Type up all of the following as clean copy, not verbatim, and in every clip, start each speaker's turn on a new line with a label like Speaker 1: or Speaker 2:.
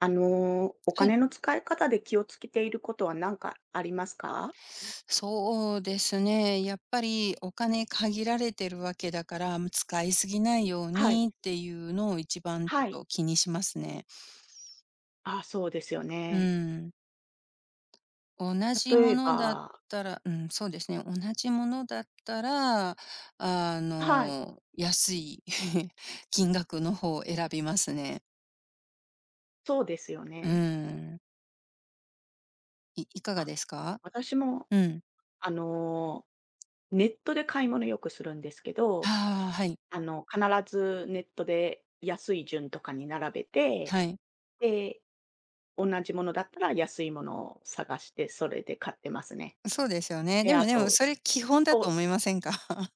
Speaker 1: お
Speaker 2: はい。
Speaker 1: 金の使い方で気をつけていることは何かありますか？
Speaker 2: そうですね。やっぱりお金限られてるわけだから、使いすぎないよう
Speaker 1: はい、
Speaker 2: にっていうのを一番ちょ
Speaker 1: は
Speaker 2: っ
Speaker 1: い。
Speaker 2: と気にしますね。
Speaker 1: あ、そうですよ
Speaker 2: う
Speaker 1: ね。
Speaker 2: ん。同じ
Speaker 1: 例
Speaker 2: も
Speaker 1: え
Speaker 2: のだっ
Speaker 1: ば
Speaker 2: たらうん、そうですね。同じものだったら、
Speaker 1: はい、
Speaker 2: 安い 金額の方を選びますね。
Speaker 1: そうですよ
Speaker 2: う
Speaker 1: ね。
Speaker 2: ん。いかが
Speaker 1: あ、
Speaker 2: ですか？
Speaker 1: 私も、
Speaker 2: うん。
Speaker 1: あの、ネットで買い物よくするんですけど、
Speaker 2: ああ、はい。
Speaker 1: 必ずネットで安い順とかに並べて、
Speaker 2: はい。
Speaker 1: で、同じものだったら安いものを探して、それで買ってますね。
Speaker 2: そうですよね。
Speaker 1: で、
Speaker 2: でも
Speaker 1: あ
Speaker 2: でも
Speaker 1: と、
Speaker 2: それ基本だ
Speaker 1: そ
Speaker 2: と
Speaker 1: う
Speaker 2: 思いませんか？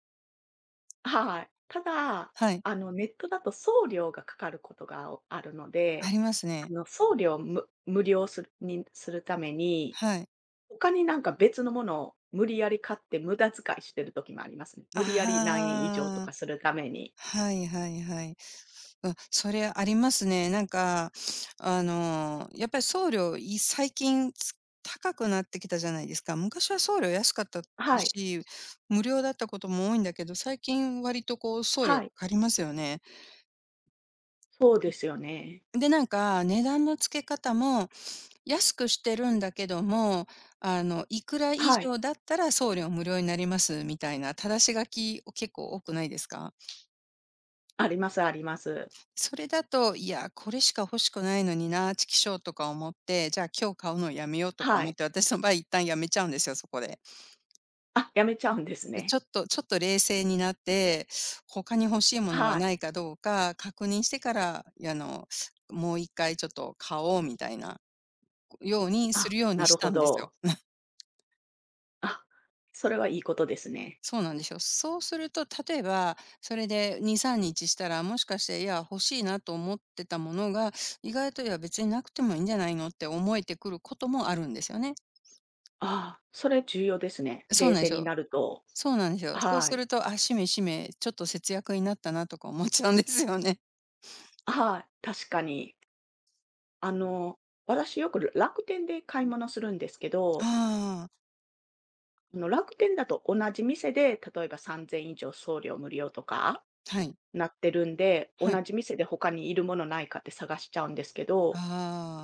Speaker 1: はい。ただ、
Speaker 2: はい。
Speaker 1: ネットだと送料がかかることがあるので、
Speaker 2: あります
Speaker 1: あ
Speaker 2: ね。
Speaker 1: の、送料を無無料するにするために、
Speaker 2: はい。
Speaker 1: 他になんか別のものを無理やり買って無駄遣いしてる時もありますね。無理やり何円以上と
Speaker 2: あ
Speaker 1: か
Speaker 2: あ、
Speaker 1: するために。
Speaker 2: はいはいはい。うわ、それありますね。なんか、やっぱり送料、最近高くなってきたじゃないですか。昔は送料安かった
Speaker 1: はい、
Speaker 2: し、無料だったことも多いんだけど、最近割とこう送料
Speaker 1: は
Speaker 2: か
Speaker 1: い、
Speaker 2: かりますよね。
Speaker 1: そうですよね。
Speaker 2: で、なんか値段の付け方も安くしてるんだけども、いくら以
Speaker 1: はい、
Speaker 2: 上だったら送料無料になりますみたいな、正し書きを結構多くないですか？
Speaker 1: ありますあります。
Speaker 2: それだと、いや、これしか欲しくないのにな、チキショーとか思って、じゃあ今日買うのやめようとか
Speaker 1: は
Speaker 2: 思っ
Speaker 1: い。
Speaker 2: て、私の場合一旦やめちゃうんですよ、そこで。
Speaker 1: あ、やめちゃうんです
Speaker 2: で、ち
Speaker 1: ね。
Speaker 2: ょっとちょっと冷静になって、他に欲しいものが
Speaker 1: はい。
Speaker 2: ないかどうか確認してから、いや、もう一回ちょっと買おうみたいなようにす
Speaker 1: あ、
Speaker 2: るように
Speaker 1: な
Speaker 2: し
Speaker 1: る
Speaker 2: た
Speaker 1: ほ
Speaker 2: んですよ。
Speaker 1: ど。あ、それはいいことですね。
Speaker 2: そうなんですよ。そうすると、例えば、それで2、3日したら、もしかして、いや、欲しいなと思ってたものが、意外と、いや、別になくてもいいんじゃないのって思えてくることもあるんですよね。
Speaker 1: ああ、それ重要ですね、
Speaker 2: そう
Speaker 1: 冷
Speaker 2: なんで
Speaker 1: 静
Speaker 2: す
Speaker 1: に
Speaker 2: よ。
Speaker 1: なると。
Speaker 2: そうなんですよ。そう
Speaker 1: は
Speaker 2: す
Speaker 1: い。
Speaker 2: ると、あ、しめしめ、ちょっと節約になったなとか思っちゃうんですよね。
Speaker 1: はい、確かに。あの、私よく楽天で買い物するんですけ ど、
Speaker 2: ああ、
Speaker 1: 楽天だと同じ店で、例えば3,000以上送料無料とか
Speaker 2: はい、
Speaker 1: なってるんで、同
Speaker 2: はい。
Speaker 1: じ店で他にいるものないかって探しちゃうんですけ
Speaker 2: あ
Speaker 1: ど、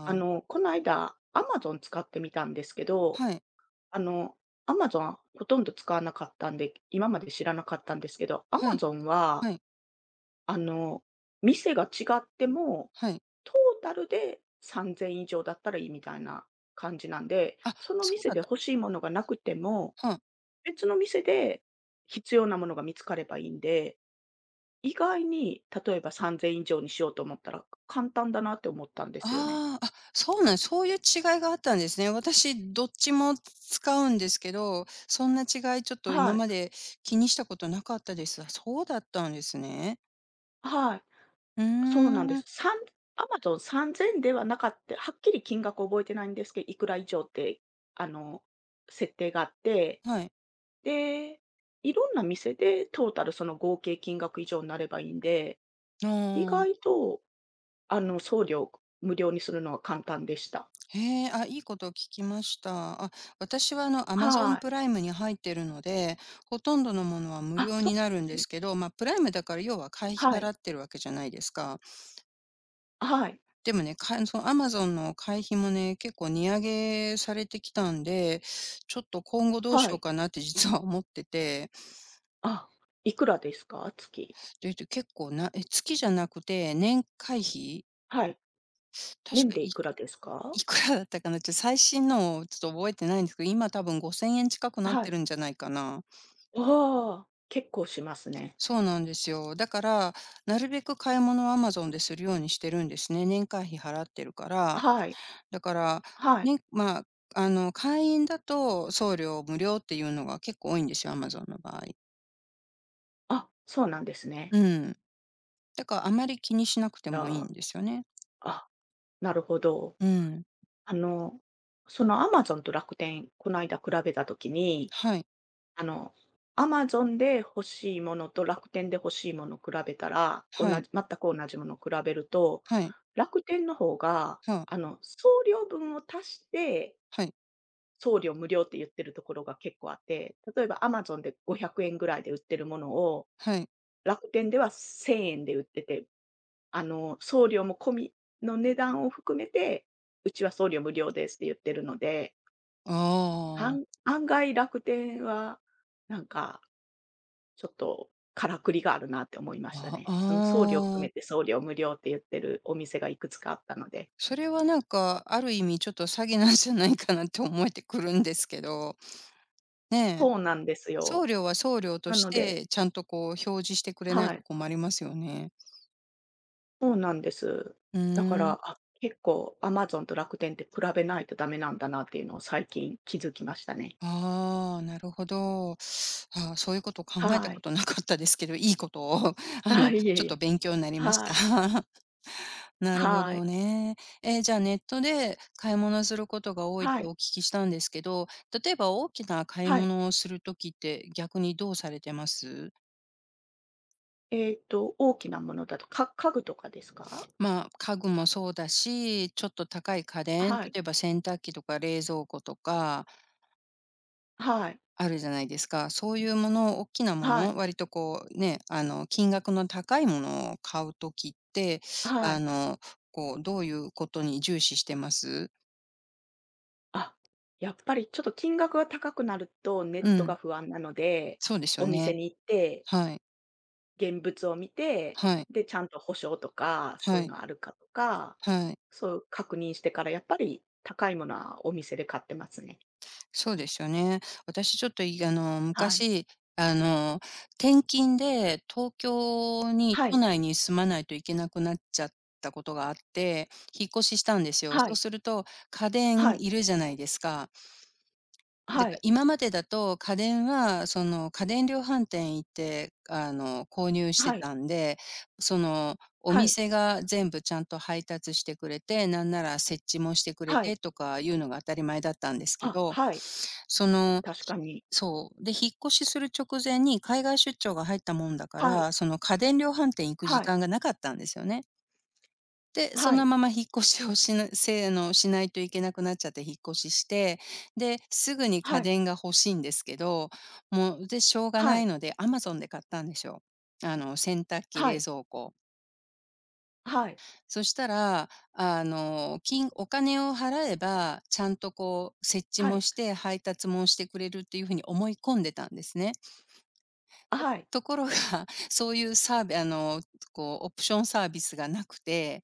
Speaker 2: あ、
Speaker 1: この間アマゾン使ってみたんですけど、
Speaker 2: はい、
Speaker 1: あの、アマゾンほとんど使わなかったんで、今まで知らなかったんですけど、ア
Speaker 2: は
Speaker 1: マ
Speaker 2: い、
Speaker 1: ゾンは、
Speaker 2: はい、
Speaker 1: あの、店が違っても
Speaker 2: はい。
Speaker 1: トータルで3,000以上だったらいいみたいな感じなんで、
Speaker 2: あ、
Speaker 1: その
Speaker 2: そう
Speaker 1: 店
Speaker 2: だっ
Speaker 1: で
Speaker 2: た。
Speaker 1: 欲しいものがなくても、
Speaker 2: はん
Speaker 1: 別の店で必要なものが見つかればいいんで、意外に例えば3,000以上にしようと思ったら簡単だなって思ったんですよね。
Speaker 2: ああ、あ、そうなんそういう違いがあったんですね。私、どっちも使うんですけど、そんな違いちょっと
Speaker 1: は
Speaker 2: 今
Speaker 1: い。
Speaker 2: まで気にしたことなかったです。あ、そうだったんですね。
Speaker 1: はい。
Speaker 2: うー
Speaker 1: そうなんで
Speaker 2: ん、
Speaker 1: す。アマゾン3,000ではなかった、はっきり金額覚えてないんですけど、いくら以上って、あの、設定があって、
Speaker 2: はい。
Speaker 1: で、いろんな店でトータルその合計金額以上になればいいんで、
Speaker 2: あ
Speaker 1: 意外
Speaker 2: あ、
Speaker 1: と送料無料にするのは簡単でした。
Speaker 2: へえ、あ、いいことを聞きました。あ、私はアマゾン
Speaker 1: はい。
Speaker 2: プライムに入ってるので、ほとんどのものは無
Speaker 1: あ、
Speaker 2: 料
Speaker 1: そ
Speaker 2: にな
Speaker 1: うで
Speaker 2: るん
Speaker 1: す
Speaker 2: で
Speaker 1: ね。
Speaker 2: すけど、まあ、プライムだから要は会費
Speaker 1: は
Speaker 2: 払
Speaker 1: い。
Speaker 2: ってるわけじゃないですか。
Speaker 1: はい。
Speaker 2: でもね、その Amazon の会費もね、結構値上げされてきたんで、ちょっと今後どうし
Speaker 1: は
Speaker 2: よう
Speaker 1: い。
Speaker 2: かなって 実は思ってて、
Speaker 1: あ、いくらですか？月。
Speaker 2: で、結構な月じゃなくて年会費、
Speaker 1: はい。
Speaker 2: 確
Speaker 1: 年
Speaker 2: か
Speaker 1: でい
Speaker 2: い
Speaker 1: くらですか？
Speaker 2: いくらだったかな、最新のをちょっと覚えてないんですけど、今多分5,000円近くなっ
Speaker 1: は
Speaker 2: て
Speaker 1: い。
Speaker 2: るんじゃないかな。
Speaker 1: ああ、結構しますね。
Speaker 2: そうなんですよ。だから、なるべく買い物を Amazon でするようにしてるんですね。年会費払ってるから。
Speaker 1: はい。
Speaker 2: だから、
Speaker 1: はい。
Speaker 2: ね、まあ、会員だと送料無料っていうのが結構多いんですよ、アマゾンの場合。
Speaker 1: あ、そうなんですね。
Speaker 2: うん。だからあまり気にしなくて
Speaker 1: じ
Speaker 2: もい
Speaker 1: ゃ
Speaker 2: いん
Speaker 1: あ、
Speaker 2: ですよね。
Speaker 1: あ、なるほど。
Speaker 2: うん。
Speaker 1: あの、アマゾンと楽天、この間比べた時に
Speaker 2: はい、
Speaker 1: あの、Amazon で欲しいものと楽天で欲しいものを比べたら、同
Speaker 2: はい、
Speaker 1: じ全く同じものを比べると、
Speaker 2: はい、
Speaker 1: 楽天の方が、
Speaker 2: はあ、
Speaker 1: 送料分を足して、
Speaker 2: はい、
Speaker 1: 送料無料って言ってるところが結構あって、例えば Amazon で500円ぐらいで売ってるものを、
Speaker 2: はい。
Speaker 1: 楽天では1000円で売ってて、送料も込みの値段を含めて、うちは送料無料ですって言ってるので、
Speaker 2: ああ、
Speaker 1: 案外楽天は、なんかちょっとからくりがあるなって思いました
Speaker 2: あ、
Speaker 1: ね。その送料含め
Speaker 2: あ
Speaker 1: て
Speaker 2: あ。
Speaker 1: 送料無料って言ってるお店がいくつかあったので。
Speaker 2: それはなんか、ある意味ちょっと詐欺なんじゃないかなって思えてくるんですけど、ねえ、
Speaker 1: そうなんです
Speaker 2: 送
Speaker 1: よ。
Speaker 2: 料は送料と
Speaker 1: な
Speaker 2: し
Speaker 1: ので
Speaker 2: て、ちゃんとこう表示してくれない
Speaker 1: は
Speaker 2: と
Speaker 1: い、
Speaker 2: 困りますよね。
Speaker 1: そうなんです。
Speaker 2: う
Speaker 1: だか
Speaker 2: ーん。
Speaker 1: ら、あ、結構アマゾンと楽天って比べないとダメなんだなっていうのを最近気づきましたね。
Speaker 2: ああ、なるほど。ああ、そういうことを考えた
Speaker 1: は
Speaker 2: こ
Speaker 1: い。
Speaker 2: となかったですけど、いいことを、
Speaker 1: はい、いえ
Speaker 2: ちょ
Speaker 1: い
Speaker 2: っと
Speaker 1: え。
Speaker 2: 勉強になりまし
Speaker 1: は
Speaker 2: た。
Speaker 1: い。
Speaker 2: なるほ
Speaker 1: はい。
Speaker 2: どね。え、じゃあネットで買い物することが多いっ
Speaker 1: は
Speaker 2: て
Speaker 1: い。
Speaker 2: お聞きしたんですけど、例えば大きな買い
Speaker 1: はい。
Speaker 2: 物をするときって逆にどうされてます？
Speaker 1: 大きなものだと、家具とかですか？
Speaker 2: まあ、家具もそうだし、ちょっと高い家電、
Speaker 1: はい。
Speaker 2: 例えば洗濯機とか冷蔵庫とか
Speaker 1: はい。
Speaker 2: あるじゃないですか。そういうもの、大きなも
Speaker 1: はい。
Speaker 2: の、割とこうね、金額の高いものを買うときって、
Speaker 1: は
Speaker 2: あ
Speaker 1: い。
Speaker 2: の、こう、どういうことに重視してます？
Speaker 1: あ、やっぱりちょっと金額が高くなるとネッ
Speaker 2: う
Speaker 1: ト
Speaker 2: ん、
Speaker 1: が不安なので、
Speaker 2: そうですよ
Speaker 1: お店
Speaker 2: ね。
Speaker 1: に行って
Speaker 2: はい、
Speaker 1: 現物を見て、
Speaker 2: はい、
Speaker 1: で、ちゃんと保証とか、そ
Speaker 2: は
Speaker 1: ういう
Speaker 2: い、
Speaker 1: のあるかとか、
Speaker 2: はい。
Speaker 1: そう確認してから、やっぱり高いものはお店で買ってますね。
Speaker 2: そうですよね。私ちょっと、いあの、
Speaker 1: はい。
Speaker 2: 昔、あの、転勤で東京に
Speaker 1: は
Speaker 2: 都
Speaker 1: い。
Speaker 2: 内に住まないといけなくなっちゃったことがあって、引っ越ししたんですよ。
Speaker 1: は
Speaker 2: そう
Speaker 1: い。
Speaker 2: すると、家電
Speaker 1: はい。
Speaker 2: いるじゃないですか。だ
Speaker 1: は
Speaker 2: から
Speaker 1: い。
Speaker 2: 今までだと家電は、その、家電量販店行って、購入して
Speaker 1: はい。
Speaker 2: たんで、その、お
Speaker 1: はい。
Speaker 2: 店が全部ちゃんと配達してくれて、なんなら設置もしてくれ
Speaker 1: はい。
Speaker 2: てとかいうのが当たり前だったんですけ
Speaker 1: あ、
Speaker 2: ど、
Speaker 1: はい。
Speaker 2: その
Speaker 1: 確かに。
Speaker 2: そう。で、引っ越しする直前に海外出張が入ったもんだか
Speaker 1: はい。
Speaker 2: ら、その、家電量販店行く時
Speaker 1: はい。
Speaker 2: 間がなかったんですよね。で、そ
Speaker 1: は
Speaker 2: の
Speaker 1: い。
Speaker 2: まま引っ越しをせあの、しないといけなくなっちゃって引っ越しして、で、すぐに
Speaker 1: は
Speaker 2: 家
Speaker 1: い。
Speaker 2: 電が欲しいんですけど、もう、で、しょうが
Speaker 1: は
Speaker 2: な
Speaker 1: い。
Speaker 2: いので Amazon で買ったんですよ。洗濯機、
Speaker 1: は
Speaker 2: 冷
Speaker 1: い。
Speaker 2: 蔵庫。
Speaker 1: はい。
Speaker 2: そしたら、お金を払えば、ちゃんとこう、設置
Speaker 1: は
Speaker 2: も
Speaker 1: い。
Speaker 2: して、配達もしてくれるっていう風に思い込んでたんですね。
Speaker 1: はい。
Speaker 2: ところが、そういうサービあの、こう、オプションサービスがなくて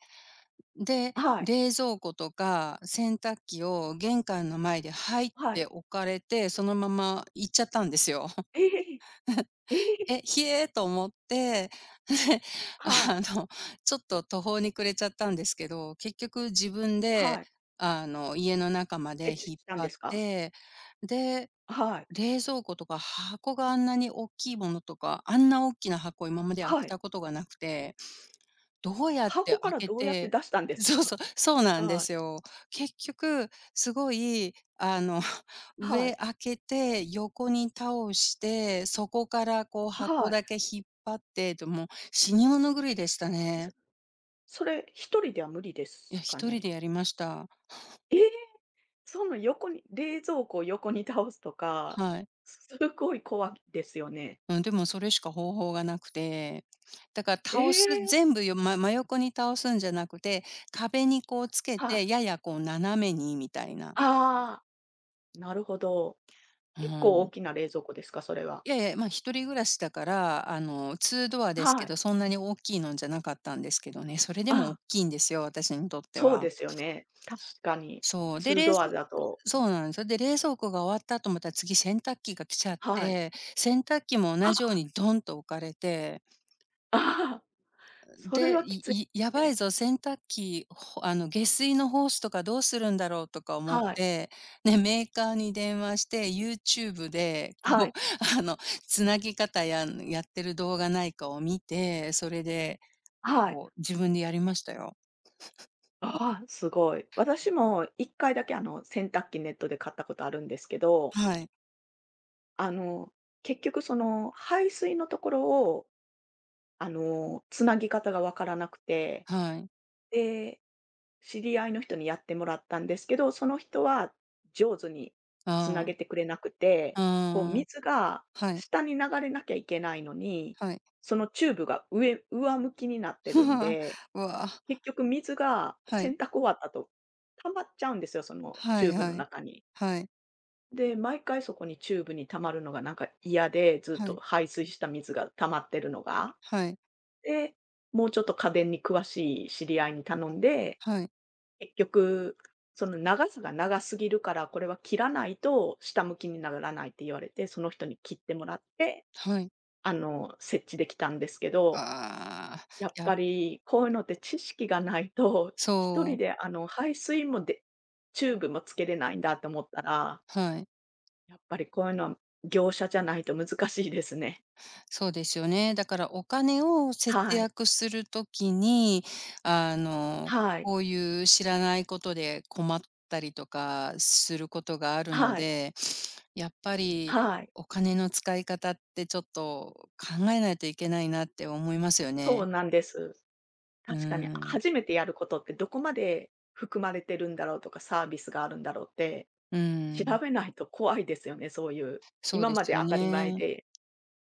Speaker 2: で、
Speaker 1: はい。
Speaker 2: 冷蔵庫とか洗濯機を玄関の前で入っ
Speaker 1: はい。
Speaker 2: て置かれて、そのまま行っちゃったんですよ。
Speaker 1: ええ、ええ、
Speaker 2: え、ひえーと思って、で、
Speaker 1: はい。
Speaker 2: あの、ちょっと途方に暮れちゃったんですけど、結局自分
Speaker 1: は
Speaker 2: で、
Speaker 1: い。
Speaker 2: 家の中ま
Speaker 1: フ
Speaker 2: で
Speaker 1: ェチ
Speaker 2: 引っ
Speaker 1: したん
Speaker 2: 張
Speaker 1: で
Speaker 2: っ
Speaker 1: すか？
Speaker 2: て、で、
Speaker 1: はい。
Speaker 2: 冷蔵庫とか箱があんなに大きいものとか、あんな大きな箱今まで開
Speaker 1: は
Speaker 2: け
Speaker 1: い。
Speaker 2: たことがなくてどうやって
Speaker 1: 箱から
Speaker 2: 開け
Speaker 1: どうやって
Speaker 2: て
Speaker 1: 出したんで す
Speaker 2: そう
Speaker 1: か？
Speaker 2: そう、そう なんで
Speaker 1: はい。
Speaker 2: すよ。結局、すごい、
Speaker 1: は
Speaker 2: 上
Speaker 1: い。
Speaker 2: 開けて、横に倒して、そこからこう
Speaker 1: は
Speaker 2: 箱
Speaker 1: い。
Speaker 2: だけ引っ張って、ともう死に物狂いでした
Speaker 1: そ
Speaker 2: ね。
Speaker 1: それ一人では無理で
Speaker 2: いや、
Speaker 1: すか
Speaker 2: 一人で
Speaker 1: ね？
Speaker 2: やりました。
Speaker 1: ええ！その横に冷蔵庫を横に倒すとか、
Speaker 2: はい。
Speaker 1: すごい怖いですよね。
Speaker 2: うん、でもそれしか方法がなくて、だから
Speaker 1: ええ！
Speaker 2: 全部真横に倒すんじゃなくて、壁にこうつけ
Speaker 1: は
Speaker 2: て、
Speaker 1: い。
Speaker 2: ややこう斜めにみたいな。
Speaker 1: ああ、なるほど。
Speaker 2: う
Speaker 1: 結構大
Speaker 2: ん。
Speaker 1: きな冷蔵庫ですか？それは。
Speaker 2: いやいや、まあ、一人暮らしだから、2ドアです
Speaker 1: は
Speaker 2: け
Speaker 1: い。
Speaker 2: ど、そんなに大きいのじゃなかったんですけどね、それでも大
Speaker 1: あ
Speaker 2: きいんですよ、私にとって
Speaker 1: そう
Speaker 2: は。
Speaker 1: ですよね。確かに。
Speaker 2: そう。で、
Speaker 1: 2ドアだと
Speaker 2: そうなんですよ。で、冷蔵庫が終わったと思ったら次洗濯機が来ちゃっ
Speaker 1: はい。
Speaker 2: て、洗濯機も同じよう
Speaker 1: あ、
Speaker 2: にドンと置かれて
Speaker 1: ああ、それ
Speaker 2: で、
Speaker 1: はき
Speaker 2: い
Speaker 1: つい
Speaker 2: いやばい
Speaker 1: ね。
Speaker 2: ぞ、洗濯機、ほあの、下水のホースとかどうするんだろうとか思っ
Speaker 1: はい。
Speaker 2: て、ね、メーカーに電話して、YouTube で、
Speaker 1: は
Speaker 2: こう、
Speaker 1: い。
Speaker 2: あの、つなぎ方やってる動画ないかを見て、それで、
Speaker 1: はい。
Speaker 2: こう、自分でやりましたよ。
Speaker 1: ああ、すごい。私も1回だけ、洗濯機ネットで買ったことあるんですけど、
Speaker 2: はい。
Speaker 1: あの、結局その、排水のところを、つなぎ方がわからなくて、
Speaker 2: はい。
Speaker 1: で、知り合いの人にやってもらったんですけど、その人は上手につな
Speaker 2: あ
Speaker 1: げ
Speaker 2: あ、
Speaker 1: てくれなくて、こう、
Speaker 2: ああ、
Speaker 1: 水が
Speaker 2: はい、
Speaker 1: 下に流れなきゃいけないのに、
Speaker 2: はい。
Speaker 1: そのチューブが上向きになってるん で
Speaker 2: うわあ、
Speaker 1: 結局水が
Speaker 2: はい、
Speaker 1: 洗濯終わったと、溜まっちゃうんですよ、そのチ
Speaker 2: は
Speaker 1: ュ
Speaker 2: い
Speaker 1: ーブの
Speaker 2: はい。
Speaker 1: 中に。
Speaker 2: はい、
Speaker 1: で、毎回そこにチューブに溜まるのがなんか嫌で、ずっ
Speaker 2: は
Speaker 1: と
Speaker 2: い、
Speaker 1: 排水した水が溜まってるのが。
Speaker 2: はい、
Speaker 1: で、もうちょっと家電に詳しい知り合いに頼んで、
Speaker 2: はい、
Speaker 1: 結局、その長さが長すぎるから、これは切らないと下向きにならないって言われて、その人に切ってもらって、
Speaker 2: はい。
Speaker 1: 設置できたんですけ
Speaker 2: ああああはいはいわはいはいはいはいはいはいはいはい
Speaker 1: ど
Speaker 2: ああ
Speaker 1: やっ
Speaker 2: や
Speaker 1: ぱり、こういうのって知識がないと、一
Speaker 2: そ
Speaker 1: 人
Speaker 2: う、
Speaker 1: で排水もチューブもつけれないんだと思ったら、
Speaker 2: はい。
Speaker 1: やっぱりこういうのは業者じゃないと難しいですね。
Speaker 2: そうですよね。だからお金を節
Speaker 1: はい。
Speaker 2: 約するときに、
Speaker 1: はい。
Speaker 2: こういう知らないことで困ったりとかすることがあるの
Speaker 1: はい。
Speaker 2: で、やっぱり
Speaker 1: はい。
Speaker 2: お金の使い方ってちょっと考えないといけないなって思いますよ
Speaker 1: そう
Speaker 2: ね。
Speaker 1: なんです。
Speaker 2: う
Speaker 1: 確かに、
Speaker 2: ん。
Speaker 1: 初めてやることってどこまで含まれてるんだろうとか、サービスがあるんだろうって、
Speaker 2: う
Speaker 1: 調
Speaker 2: ん。
Speaker 1: べないと怖いですよね、そういう。
Speaker 2: そう
Speaker 1: 今
Speaker 2: で
Speaker 1: ま
Speaker 2: す
Speaker 1: で
Speaker 2: よ
Speaker 1: 当たり前
Speaker 2: ね。
Speaker 1: で、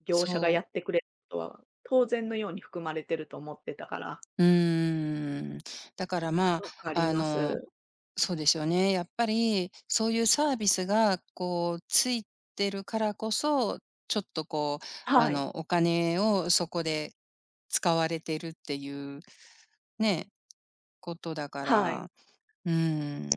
Speaker 1: 業者が
Speaker 2: そ
Speaker 1: やっ
Speaker 2: う。
Speaker 1: てくれることは、当然のように含まれてると思ってたから。
Speaker 2: うーん。だから、まあ、
Speaker 1: わかり
Speaker 2: あ
Speaker 1: ま
Speaker 2: の、
Speaker 1: す。
Speaker 2: そうですよね。やっぱりそういうサービスがこうついてるからこそ、ちょっとこう、
Speaker 1: はい、
Speaker 2: お金をそこで使われてるっていうね、ことだか
Speaker 1: はい。
Speaker 2: ら、うーん。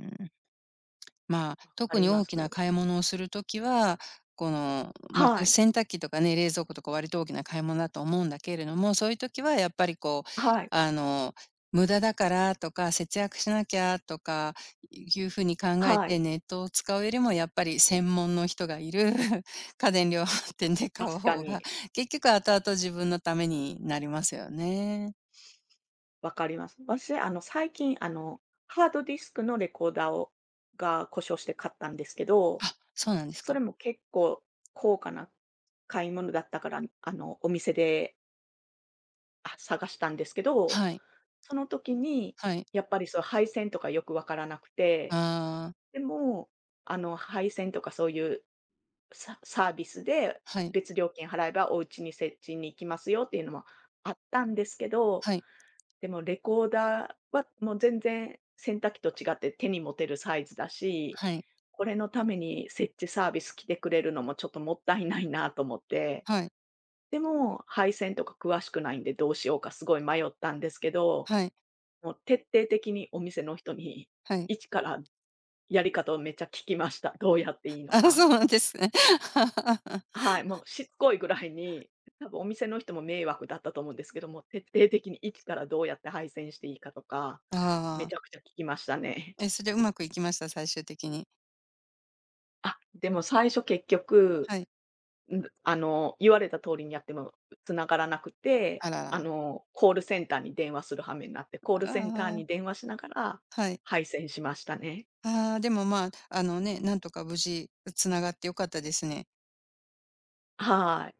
Speaker 2: まあ、
Speaker 1: わか
Speaker 2: 特
Speaker 1: り
Speaker 2: に
Speaker 1: ま
Speaker 2: 大きな
Speaker 1: す。
Speaker 2: 買い物をするときは、この、まあ、
Speaker 1: はい、
Speaker 2: 洗濯機とかね、冷蔵庫とか割と大きな買い物だと思うんだけれども、そういうときはやっぱりこう、
Speaker 1: はい、
Speaker 2: あの、無駄だからとか、節約しなきゃとかいうふうに考え
Speaker 1: はい。
Speaker 2: て、ネットを使うよりもやっぱり専門の人がいる 家電量販店で買う
Speaker 1: 確か
Speaker 2: 方が、
Speaker 1: に
Speaker 2: 結局後々自分のためになりますよね。
Speaker 1: わかります。私、最近、ハードディスクのレコーダーが故障して買ったんですけど、
Speaker 2: あ、そうなんです
Speaker 1: それ
Speaker 2: か。
Speaker 1: も結構高価な買い物だったから、お店で、あ、探したんですけど、
Speaker 2: はい、
Speaker 1: その時に
Speaker 2: はい。
Speaker 1: やっぱりそう配線とかよく分からなく
Speaker 2: あ
Speaker 1: て、
Speaker 2: あ、
Speaker 1: でも、配線とかそういうサービスで
Speaker 2: はい、
Speaker 1: 別料金払えばお家に設置に行きますよっていうのもあったんですけど、
Speaker 2: はい、
Speaker 1: でもレコーダーはもう全然洗濯機と違って手に持てるサイズだし、
Speaker 2: はい、
Speaker 1: これのために設置サービス来てくれるのもちょっともったいないなと思って、
Speaker 2: はい、
Speaker 1: でも配線とか詳しくないんでどうしようかすごい迷ったんですけど、
Speaker 2: はい。
Speaker 1: もう徹底的にお店の人に
Speaker 2: はい。
Speaker 1: 一からやり方をめっちゃ聞きました。どうやっていいの
Speaker 2: あ、そ
Speaker 1: か。
Speaker 2: うなんですね。
Speaker 1: はい、もうしつこいぐらいに、多分お店の人も迷惑だったと思うんですけども、徹底的にいつからどうやって配線していいかとか、め
Speaker 2: あ
Speaker 1: ちゃく
Speaker 2: あ。
Speaker 1: ちゃ聞きましたね。
Speaker 2: え、それうまくいきました？最終的に。
Speaker 1: あ、でも最初結局、
Speaker 2: はい。
Speaker 1: 言われた通りにやっても繋がらなくて、
Speaker 2: あらら。
Speaker 1: コールセンターに電話する羽目になって、コールセンター
Speaker 2: ああ、
Speaker 1: に電話しながら
Speaker 2: はい。
Speaker 1: 配線しましたね。
Speaker 2: ああ、でも、まあ、ね、なんとか無事つながって良かったですね。
Speaker 1: はい。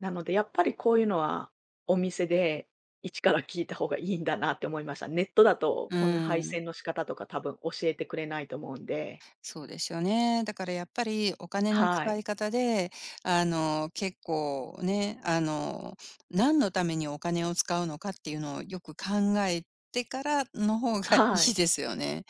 Speaker 1: なので、やっぱりこういうのは、お店で一から聞いた方がいいんだなって思いました。ネットだと、
Speaker 2: う
Speaker 1: こんな配
Speaker 2: ん、
Speaker 1: 線の仕方とか多分教えてくれないと思うんで。
Speaker 2: そうですよね。だからやっぱりお金の
Speaker 1: は
Speaker 2: 使
Speaker 1: い。
Speaker 2: い方で、結構ね、何のためにお金を使うのかっていうのをよく考えてからの方がい
Speaker 1: はい。
Speaker 2: いですよね。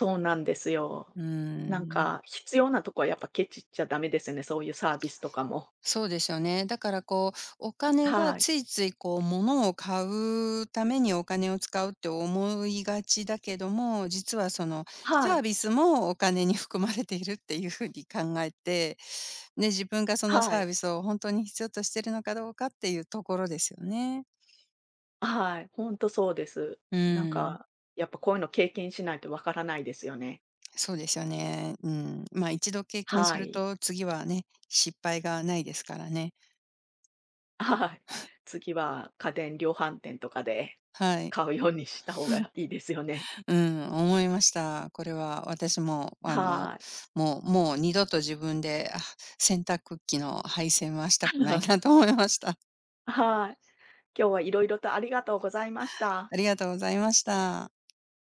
Speaker 1: そうなんですよ。
Speaker 2: うー
Speaker 1: なんか、
Speaker 2: ん。
Speaker 1: 必要なとこはやっぱケチっちゃダメですよね、そういうサービスとかも。
Speaker 2: そうですよね。だからこう、お金は
Speaker 1: はい。
Speaker 2: ついついこう物を買うためにお金を使うって思いがちだけども、実はその
Speaker 1: は
Speaker 2: サー
Speaker 1: い。
Speaker 2: ビスもお金に含まれているっていう風に考えて、ね、自分がその
Speaker 1: は
Speaker 2: サ
Speaker 1: い。
Speaker 2: ービスを本当に必要としてるのかどうかっていうところですよね。
Speaker 1: はい。ほんとそうです。
Speaker 2: う
Speaker 1: なん
Speaker 2: ーん、
Speaker 1: か、やっぱこういうの経験しないとわからないですよね。
Speaker 2: そうですよね。うん。ま、一度経験す
Speaker 1: は
Speaker 2: る
Speaker 1: い。
Speaker 2: と次はね、失敗がないですからね。
Speaker 1: はい。次は家電量販店とかで
Speaker 2: はい。
Speaker 1: 買うようにした方がいいですよね。
Speaker 2: うん、思いました。これは私も、
Speaker 1: はい。
Speaker 2: もう二度と自分で、洗濯機の配線はしたく ない
Speaker 1: は
Speaker 2: な
Speaker 1: い。
Speaker 2: と思いました。
Speaker 1: 今日は色々とありがとうございました。
Speaker 2: ありがとうございました。